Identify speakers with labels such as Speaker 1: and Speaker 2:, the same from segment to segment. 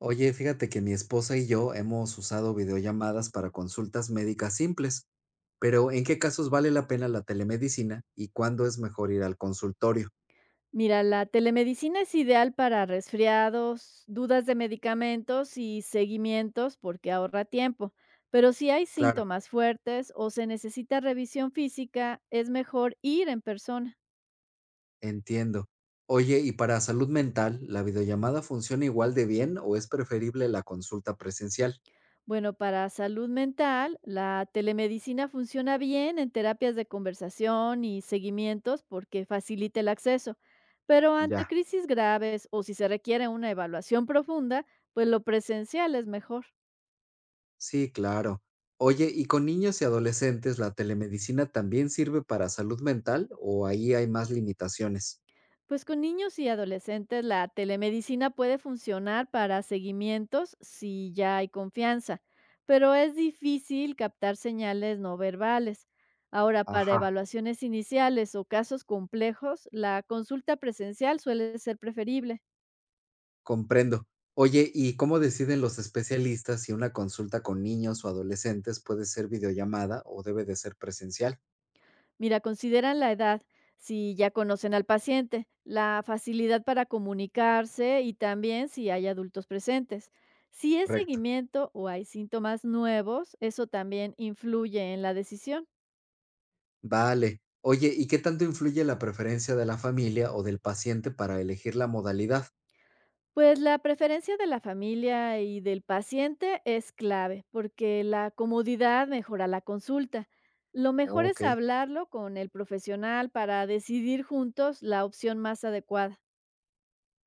Speaker 1: Oye, fíjate que mi esposa y yo hemos usado videollamadas para consultas médicas simples, pero ¿en qué casos vale la pena la telemedicina y cuándo es mejor ir al consultorio?
Speaker 2: Mira, la telemedicina es ideal para resfriados, dudas de medicamentos y seguimientos porque ahorra tiempo, pero si hay
Speaker 1: Claro,
Speaker 2: síntomas fuertes o se necesita revisión física, es mejor ir en persona.
Speaker 1: entiendo. Oye, ¿y para salud mental, la videollamada funciona igual de bien o es preferible la consulta presencial?
Speaker 2: Bueno, para salud mental, la telemedicina funciona bien en terapias de conversación y seguimientos porque facilita el acceso, pero ante
Speaker 1: Ya,
Speaker 2: crisis graves o si se requiere una evaluación profunda, pues lo presencial es mejor.
Speaker 1: sí, claro. Oye, ¿y con niños y adolescentes la telemedicina también sirve para salud mental o ahí hay más limitaciones?
Speaker 2: Pues con niños y adolescentes la telemedicina puede funcionar para seguimientos si ya hay confianza, pero es difícil captar señales no verbales. Ahora, para
Speaker 1: Ajá.
Speaker 2: evaluaciones iniciales o casos complejos, la consulta presencial suele ser preferible.
Speaker 1: Comprendo. Oye, ¿y cómo deciden los especialistas si una consulta con niños o adolescentes puede ser videollamada o debe de ser presencial?
Speaker 2: Mira, consideran la edad, si ya conocen al paciente, la facilidad para comunicarse y también si hay adultos presentes. Si es
Speaker 1: Correcto.
Speaker 2: seguimiento o hay síntomas nuevos, eso también influye en la decisión.
Speaker 1: Vale. Oye, ¿y qué tanto influye la preferencia de la familia o del paciente para elegir la modalidad?
Speaker 2: Pues la preferencia de la familia y del paciente es clave, porque la comodidad mejora la consulta. Lo mejor
Speaker 1: Ok,
Speaker 2: es hablarlo con el profesional para decidir juntos la opción más adecuada.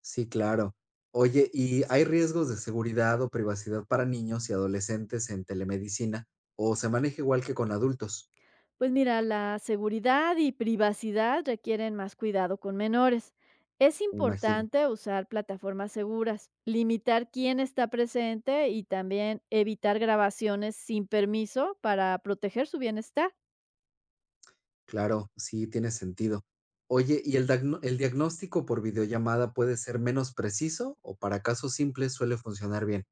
Speaker 1: sí, claro. Oye, ¿y hay riesgos de seguridad o privacidad para niños y adolescentes en telemedicina o se maneja igual que con adultos?
Speaker 2: Pues mira, la seguridad y privacidad requieren más cuidado con menores. Es
Speaker 1: Me imagino.
Speaker 2: importante usar plataformas seguras, limitar quién está presente y también evitar grabaciones sin permiso para proteger su bienestar.
Speaker 1: Claro, sí, tiene sentido. Oye, ¿y el el diagnóstico por videollamada puede ser menos preciso o para casos simples suele funcionar bien?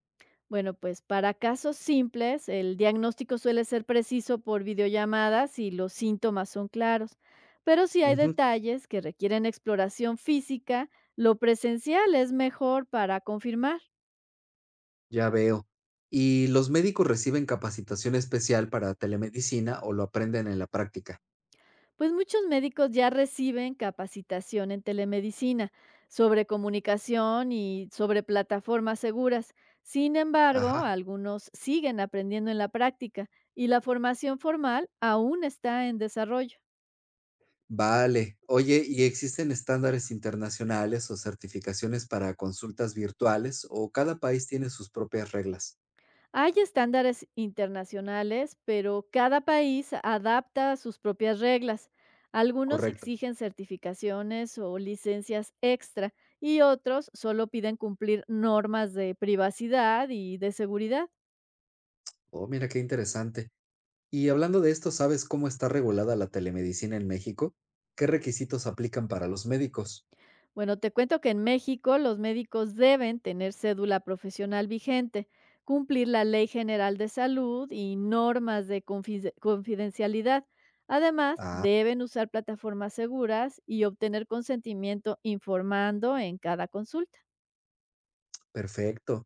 Speaker 2: Bueno, pues para casos simples, el diagnóstico suele ser preciso por videollamadas y los síntomas son claros. Pero si hay
Speaker 1: Ujú,
Speaker 2: detalles que requieren exploración física, lo presencial es mejor para confirmar.
Speaker 1: ya veo. ¿Y los médicos reciben capacitación especial para telemedicina o lo aprenden en la práctica?
Speaker 2: Pues muchos médicos ya reciben capacitación en telemedicina sobre comunicación y sobre plataformas seguras. Sin embargo,
Speaker 1: Ajá,
Speaker 2: algunos siguen aprendiendo en la práctica y la formación formal aún está en desarrollo.
Speaker 1: vale. Oye, ¿y existen estándares internacionales o certificaciones para consultas virtuales o cada país tiene sus propias reglas?
Speaker 2: Hay estándares internacionales, pero cada país adapta sus propias reglas. Algunos
Speaker 1: Correcto.
Speaker 2: exigen certificaciones o licencias extra y otros solo piden cumplir normas de privacidad y de seguridad.
Speaker 1: Oh, mira qué interesante. Y hablando de esto, ¿sabes cómo está regulada la telemedicina en México? ¿Qué requisitos aplican para los médicos?
Speaker 2: Bueno, te cuento que en México los médicos deben tener cédula profesional vigente, cumplir la Ley General de Salud y normas de confidencialidad. Además,
Speaker 1: Ah,
Speaker 2: deben usar plataformas seguras y obtener consentimiento informando en cada consulta.
Speaker 1: perfecto.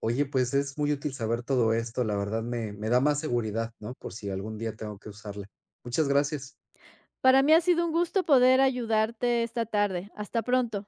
Speaker 1: Oye, pues es muy útil saber todo esto. La verdad me da más seguridad, ¿no? Por si algún día tengo que usarla. Muchas gracias.
Speaker 2: Para mí ha sido un gusto poder ayudarte esta tarde. Hasta pronto.